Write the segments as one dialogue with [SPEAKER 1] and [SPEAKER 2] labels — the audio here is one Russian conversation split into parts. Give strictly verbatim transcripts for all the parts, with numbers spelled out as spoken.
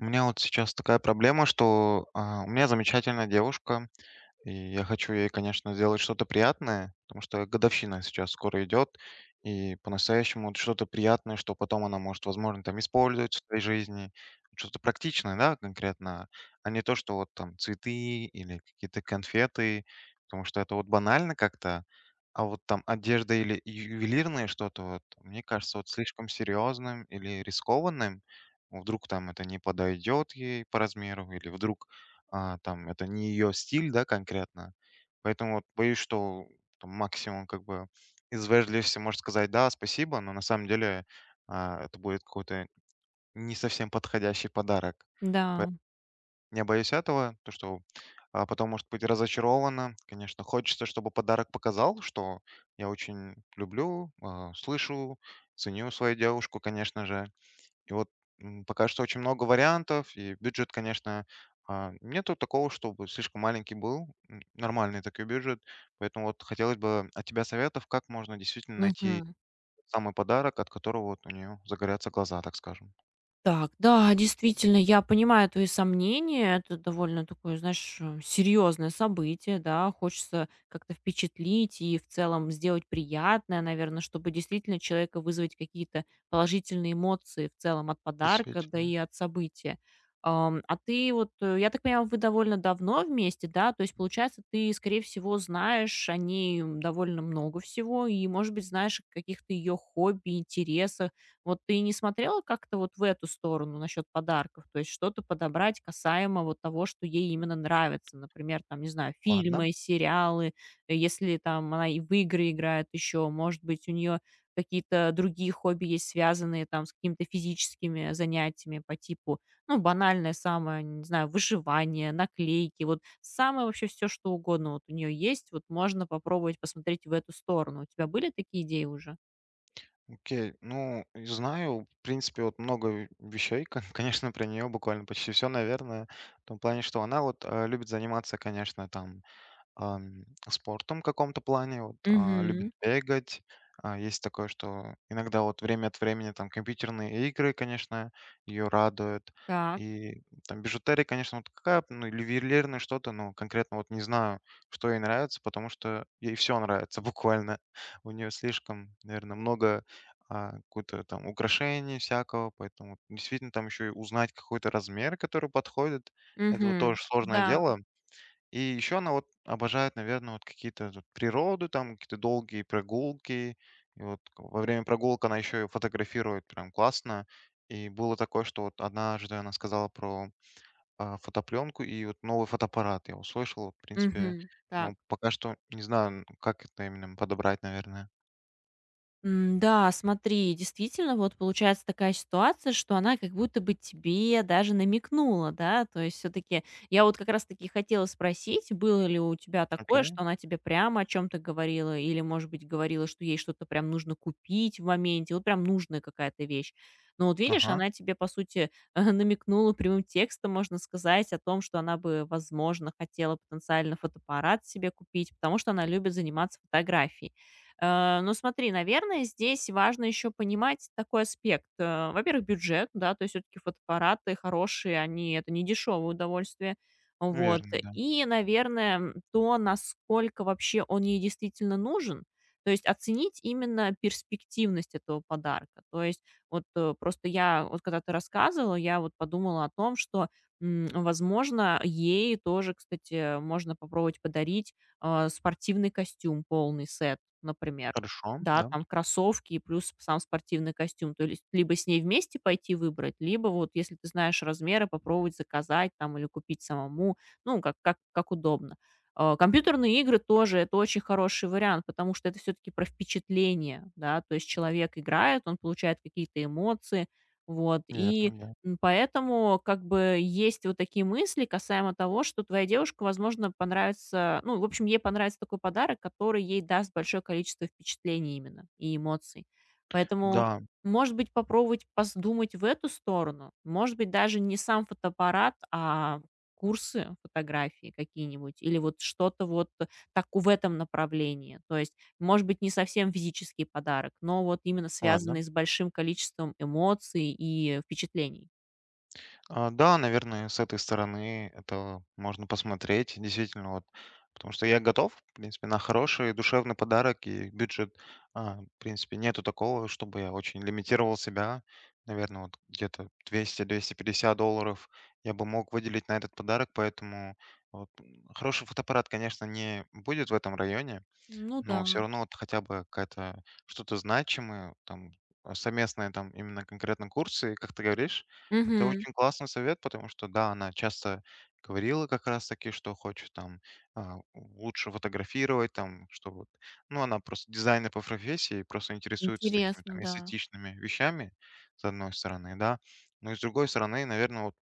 [SPEAKER 1] У меня вот сейчас такая проблема, что а, у меня замечательная девушка, и я хочу ей, конечно, сделать что-то приятное, потому что годовщина сейчас скоро идет, и по-настоящему вот что-то приятное, что потом она может, возможно, там использовать в своей жизни, что-то практичное, да, конкретно, а не то, что вот там цветы или какие-то конфеты, потому что это вот банально как-то, а вот там одежда или ювелирное что-то, вот, мне кажется, вот слишком серьезным или рискованным, вдруг там это не подойдет ей по размеру, или вдруг а, там это не ее стиль, да, конкретно. Поэтому вот боюсь, что там максимум как бы из вежливости может сказать да, спасибо, но на самом деле а, это будет какой-то не совсем подходящий подарок. Поэ-
[SPEAKER 2] Да.
[SPEAKER 1] Я боюсь этого, то что а, потом может быть разочарована. Конечно, хочется, чтобы подарок показал, что я очень люблю, а, слышу, ценю свою девушку, конечно же. И вот, м, пока что очень много вариантов, и бюджет, конечно, а, нету такого, чтобы слишком маленький был, м, нормальный такой бюджет. Поэтому вот хотелось бы от тебя советов, как можно действительно найти
[SPEAKER 2] Мгм.
[SPEAKER 1] самый подарок, от которого вот у нее загорятся глаза, так скажем.
[SPEAKER 2] Так, да, действительно, я понимаю твои сомнения. Это довольно такое, знаешь, э, серьезное событие, да. Хочется как-то впечатлить и в целом сделать приятное, наверное, чтобы действительно человека вызвать какие-то положительные эмоции в целом от подарка, да
[SPEAKER 1] Действительно.
[SPEAKER 2] и от события. Ам, А ты вот, э, я так понимаю, вы довольно давно вместе, да? То есть, получается, ты, скорее всего, знаешь о ней довольно много всего и, может быть, знаешь о каких-то ее хобби, интересах. Вот ты не смотрела как-то вот в эту сторону насчет подарков? То есть что-то подобрать касаемо вот того, что ей именно нравится. Например, там, не знаю,
[SPEAKER 1] Ладно,
[SPEAKER 2] фильмы, сериалы. Э, Если там она и в игры играет еще, может быть, у нее какие-то другие хобби есть, связанные там с какими-то физическими занятиями по типу, ну, банальное самое, не знаю, выживание, наклейки, вот самое вообще все, что угодно вот у нее есть, вот можно попробовать посмотреть в эту сторону. У тебя были такие идеи уже?
[SPEAKER 1] окей. Ну, и знаю, в принципе, вот много ве- вещей, кон- конечно, про нее буквально почти все, наверное, в том плане, что она вот э, любит заниматься, конечно, там ам, спортом в каком-то плане, вот, а, любит
[SPEAKER 2] Угу.
[SPEAKER 1] бегать. А, есть такое, что иногда вот время от времени там компьютерные игры, конечно, ее радуют.
[SPEAKER 2] Так.
[SPEAKER 1] И там бижутерия, конечно, вот какая, ну, или ювелирное что-то, ну, конкретно вот не знаю, что ей нравится, потому что ей все нравится буквально. У нее слишком, наверное, много а, какой-то там украшений всякого, поэтому вот действительно там еще и узнать какой-то размер, который подходит, это вот
[SPEAKER 2] Мгм.
[SPEAKER 1] тоже сложное
[SPEAKER 2] Да.
[SPEAKER 1] дело. И еще она вот обожает, наверное, вот какие-то тут природу, там какие-то долгие прогулки. И вот во время прогулок она еще и фотографирует прям классно. И было такое, что вот однажды она сказала про а, фотопленку и вот новый фотоаппарат. Я услышал, вот, в принципе,
[SPEAKER 2] Мгм. Так.
[SPEAKER 1] но пока что не знаю, ну, как это именно подобрать, наверное.
[SPEAKER 2] М, да, смотри, действительно, вот получается такая ситуация, что она как будто бы тебе даже намекнула, да, то есть все таки я вот как раз-таки хотела спросить, было ли у тебя такое,
[SPEAKER 1] Окей.
[SPEAKER 2] что она тебе прямо о чем то говорила или, может быть, говорила, что ей что-то прям нужно купить в моменте, вот прям нужная какая-то вещь. Но вот видишь,
[SPEAKER 1] Ага.
[SPEAKER 2] она тебе, по сути, э, намекнула прямым текстом, можно сказать, о том, что она бы, возможно, хотела потенциально фотоаппарат себе купить, потому что она любит заниматься фотографией. Э, ну, смотри, наверное, здесь важно еще понимать такой аспект. Э, во-первых, бюджет, да, то есть все-таки фотоаппараты хорошие, они это не дешевое удовольствие. Вот.
[SPEAKER 1] Верно, да.
[SPEAKER 2] И, наверное, м, то, насколько вообще он ей действительно нужен. То есть оценить именно перспективность этого подарка. То есть вот э, просто я, вот когда ты рассказывала, я вот подумала о том, что, м, возможно, ей тоже, кстати, можно попробовать подарить а, спортивный костюм, полный сет например.
[SPEAKER 1] Хорошо,
[SPEAKER 2] Да,
[SPEAKER 1] да.
[SPEAKER 2] там кроссовки и плюс сам спортивный костюм. То есть либо с ней вместе пойти выбрать, либо вот если ты знаешь размеры, попробовать заказать там или купить самому, ну, как, как, как удобно. А, Компьютерные игры тоже это очень хороший вариант, потому что это все-таки про впечатление, да, то есть человек играет, он получает какие-то эмоции, вот,
[SPEAKER 1] Верно,
[SPEAKER 2] и
[SPEAKER 1] да.
[SPEAKER 2] М, поэтому как бы есть вот такие мысли касаемо того, что твоя девушка, возможно, понравится, ну, в общем, ей понравится такой подарок, который ей даст большое количество впечатлений именно и эмоций. Поэтому,
[SPEAKER 1] Да,
[SPEAKER 2] может быть, попробовать подумать в эту сторону. Может быть, даже не сам фотоаппарат, а курсы фотографии какие-нибудь или вот что-то вот так в этом направлении. То есть, может быть, не совсем физический подарок, но вот именно
[SPEAKER 1] ладно.
[SPEAKER 2] связанный с большим количеством эмоций и впечатлений.
[SPEAKER 1] А, да, наверное, с этой стороны это можно посмотреть, действительно, вот. Потому что я готов, в принципе, на хороший душевный подарок и бюджет. А, в принципе, нету такого, чтобы я очень лимитировал себя. Наверное, вот где-то двести двести пятьдесят долларов я бы мог выделить на этот подарок, поэтому вот, м, хороший фотоаппарат, конечно, не будет в этом районе,
[SPEAKER 2] Ну да.
[SPEAKER 1] но все равно вот хотя бы какая-то что-то значимое, там, а, совместные там именно конкретно курсы, как ты говоришь. Это
[SPEAKER 2] Мгм.
[SPEAKER 1] очень классный совет, потому что, да, она часто говорила как раз таки, что хочет там, а, лучше фотографировать, там, что вот ну, она просто дизайнер по профессии, просто интересуется такими
[SPEAKER 2] Интересно,
[SPEAKER 1] там
[SPEAKER 2] да.
[SPEAKER 1] эстетичными вещами, с одной стороны, да. Но и с другой стороны, наверное, вот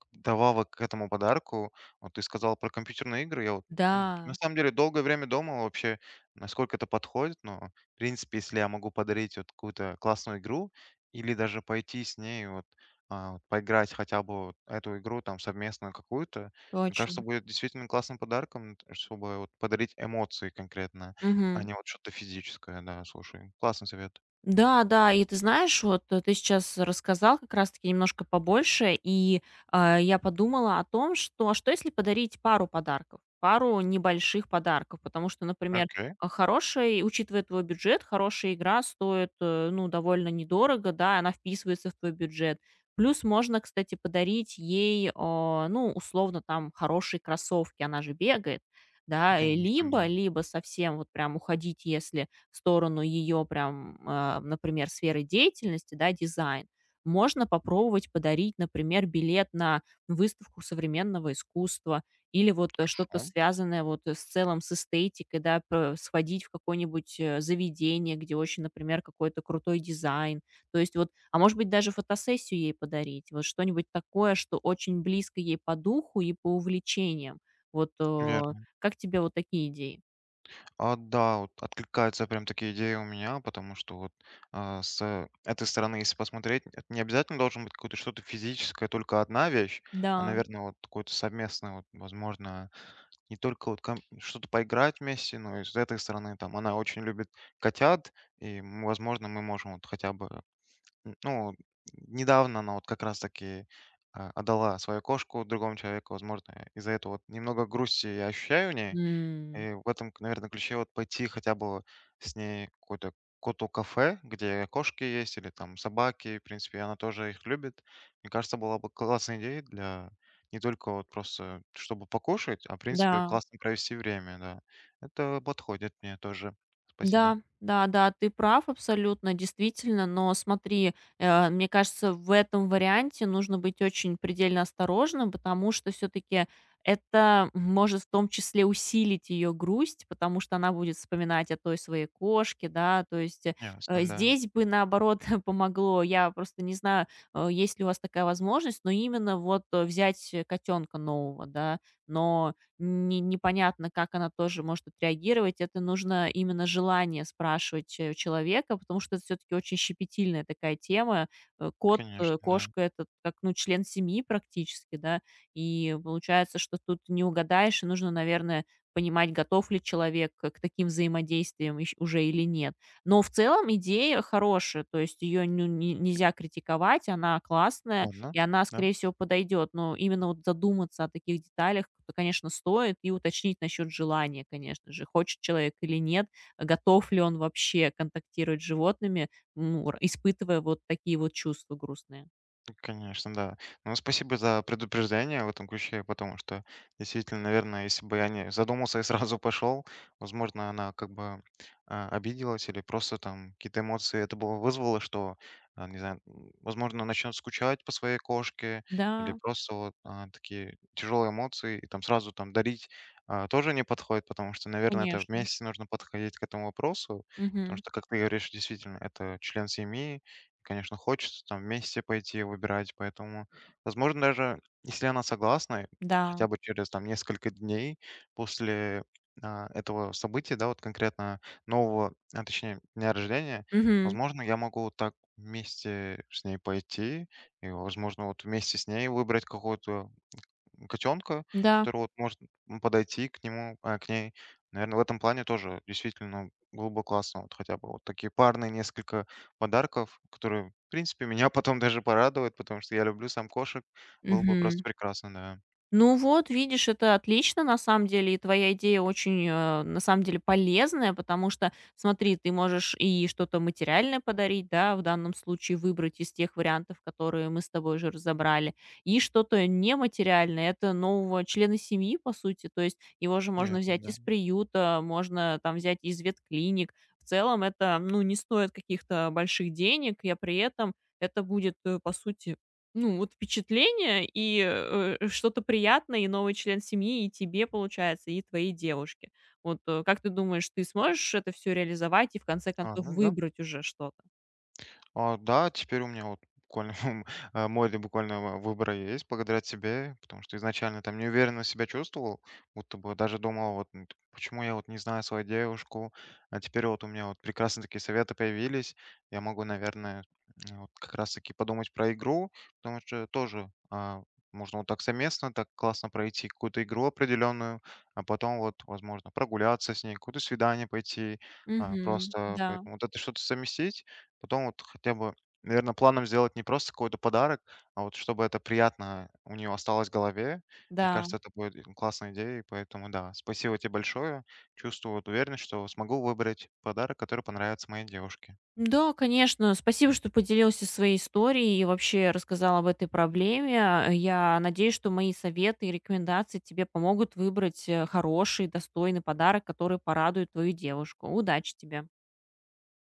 [SPEAKER 1] к вдобавок к этому подарку, вот ты сказал про компьютерные игры. Я вот, м, на
[SPEAKER 2] Да,
[SPEAKER 1] самом деле долгое время думал вообще, насколько это подходит, но, в принципе, если я могу подарить вот какую-то классную игру или даже пойти с ней вот, а, вот поиграть хотя бы вот эту игру там совместную какую-то, мне кажется,
[SPEAKER 2] точно.
[SPEAKER 1] будет действительно классным подарком, т- чтобы вот подарить эмоции конкретно, а
[SPEAKER 2] Мгм.
[SPEAKER 1] не вот что-то физическое, да, слушай. Классный совет.
[SPEAKER 2] Да, да, и ты знаешь, вот э, ты сейчас рассказал как раз-таки немножко побольше, и а, я подумала о том, что а что если подарить пару подарков, пару небольших подарков, потому что, например,
[SPEAKER 1] Окей,
[SPEAKER 2] а, хорошая, учитывая твой бюджет, хорошая игра стоит, э, ну, довольно недорого, да, она вписывается в твой бюджет. Плюс можно, кстати, подарить ей, а, ну, условно, там, хорошие кроссовки, она же бегает, да, и
[SPEAKER 1] конечно,
[SPEAKER 2] либо,
[SPEAKER 1] да.
[SPEAKER 2] либо совсем вот прям уходить, если в сторону ее прям, а, например, сферы деятельности, да, дизайн, можно попробовать подарить, например, билет на выставку современного искусства или вот э, что-то
[SPEAKER 1] Хорошо.
[SPEAKER 2] связанное вот с целом с эстетикой, да, п- сходить в какое-нибудь э, заведение, где очень, например, какой-то крутой дизайн. То есть вот, а может быть, даже фотосессию ей подарить, вот что-нибудь такое, что очень близко ей по духу и по увлечениям. Вот э,
[SPEAKER 1] Верно.
[SPEAKER 2] как тебе вот такие идеи?
[SPEAKER 1] А, да, вот откликаются прям такие идеи у меня, потому что вот а, с этой стороны, если посмотреть, это не обязательно должен быть какое-то что-то физическое, только одна вещь, а,
[SPEAKER 2] Да.
[SPEAKER 1] наверное, вот какое-то совместное, вот, возможно, не только вот ком- что-то поиграть вместе, но и с этой стороны, там, она очень любит котят, и, м, возможно, мы можем вот хотя бы, м, ну, вот недавно она вот как раз-таки а, отдала свою кошку другому человеку, возможно, из-за этого вот немного грусти я ощущаю в ней,
[SPEAKER 2] М,
[SPEAKER 1] и в этом, наверное, ключе вот пойти хотя бы с ней в какое-то кото-кафе, где кошки есть или там собаки, в принципе, она тоже их любит. Мне кажется, была бы классная идея для не только вот просто чтобы покушать, а в принципе
[SPEAKER 2] Да,
[SPEAKER 1] классно провести время, да. Это подходит мне тоже. Спасибо.
[SPEAKER 2] да, да, да, ты прав абсолютно, действительно. Но смотри, э, мне кажется, в этом варианте нужно быть очень предельно осторожным, потому что все-таки это может в том числе усилить ее грусть, потому что она будет вспоминать о той своей кошке, да, то есть э,
[SPEAKER 1] Ясно,
[SPEAKER 2] э,
[SPEAKER 1] да.
[SPEAKER 2] здесь бы наоборот помогло, я просто не знаю, э, есть ли у вас такая возможность, но именно вот э, взять котенка нового, да, но не непонятно, как она тоже может отреагировать. Это нужно именно желание спрашивать э, у человека, потому что это все-таки очень щепетильная такая тема. Э, Кот,
[SPEAKER 1] Конечно,
[SPEAKER 2] э,
[SPEAKER 1] да.
[SPEAKER 2] кошка это как ну, член семьи практически, да, и получается, что тут не угадаешь, и нужно, наверное, понимать, готов ли человек к к таким взаимодействиям ещё уже или нет. Но в целом идея хорошая, то есть ее нельзя критиковать, она классная,
[SPEAKER 1] Ладно.
[SPEAKER 2] и она, скорее всего, подойдет. Но именно вот задуматься о таких деталях, то, конечно, стоит и уточнить насчет желания, конечно же. Хочет человек или нет, готов ли он вообще контактировать с животными, ну, р- испытывая вот такие вот чувства грустные.
[SPEAKER 1] Конечно, да. Ну, спасибо за предупреждение в этом ключе, потому что действительно, наверное, если бы я не задумался и сразу пошел, возможно, она как бы а, обиделась или просто там какие-то эмоции это было вызвало, что, а, не знаю, м, возможно, начнет скучать по своей кошке или
[SPEAKER 2] Да,
[SPEAKER 1] просто вот а, такие тяжелые эмоции и там сразу там дарить а, тоже не подходит, потому что, наверное, это
[SPEAKER 2] конечно.
[SPEAKER 1] вместе нужно подходить к этому вопросу, потому
[SPEAKER 2] Мгм.
[SPEAKER 1] что, как ты говоришь, действительно, это член семьи. Конечно, хочется там вместе пойти выбирать, поэтому, возможно, даже если она согласна, хотя
[SPEAKER 2] Да.
[SPEAKER 1] бы через там несколько дней после а, этого события, да, вот конкретно нового, а, точнее, дня рождения,
[SPEAKER 2] Мгм.
[SPEAKER 1] возможно, я могу вот так вместе с ней пойти, и, возможно, вот вместе с ней выбрать какую-то котенка,
[SPEAKER 2] Да.
[SPEAKER 1] который вот может м, подойти к нему, а, к ней. Наверное, в этом плане тоже действительно было бы классно. Вот хотя бы вот такие парные несколько подарков, которые, в принципе, меня потом даже порадуют, потому что я люблю сам кошек. Было бы просто
[SPEAKER 2] Мгм.
[SPEAKER 1] прекрасно, да.
[SPEAKER 2] Ну вот, видишь, это отлично на самом деле, и твоя идея очень, э, на самом деле, полезная, потому что, смотри, ты можешь и что-то материальное подарить, да, в данном случае выбрать из тех вариантов, которые мы с тобой же разобрали, и что-то нематериальное, это нового члена семьи, по сути, то есть его же можно
[SPEAKER 1] Наверное,
[SPEAKER 2] взять
[SPEAKER 1] да.
[SPEAKER 2] из приюта, можно там взять из ветклиник, в целом это, ну, не стоит каких-то больших денег, и а при этом это будет, э, по сути, ну, вот впечатление и, э, э, что-то приятное, и новый член семьи, и тебе, получается, и твоей девушке. Вот, э, как ты думаешь, ты сможешь это все реализовать и в конце
[SPEAKER 1] А,
[SPEAKER 2] концов
[SPEAKER 1] ну да.
[SPEAKER 2] выбрать уже что-то?
[SPEAKER 1] А, да, теперь у меня вот буквально а, море буквально выбора есть благодаря тебе, потому что изначально там неуверенно себя чувствовал, будто бы даже думал, вот м, почему я вот не знаю свою девушку, а теперь вот у меня вот прекрасные такие советы появились, я могу, наверное, м, вот как раз-таки подумать про игру, потому что тоже а, можно вот так совместно, так классно пройти какую-то игру определенную, а потом вот, возможно, прогуляться с ней, какое-то свидание пойти, а,
[SPEAKER 2] Мгм.
[SPEAKER 1] просто
[SPEAKER 2] Да,
[SPEAKER 1] поэтому вот это что-то совместить. Потом вот хотя бы, наверное, планом сделать не просто какой-то подарок, а вот чтобы это приятно у нее осталось в голове. Мне
[SPEAKER 2] да.
[SPEAKER 1] кажется, это будет классная идея. И поэтому да, спасибо тебе большое. Чувствую вот уверенность, что смогу выбрать подарок, который понравится моей девушке.
[SPEAKER 2] Да, конечно. Спасибо, что поделился своей историей и вообще рассказал об этой проблеме. А, я надеюсь, что мои советы и рекомендации тебе помогут выбрать, э, хороший, достойный подарок, который порадует твою девушку. Удачи тебе.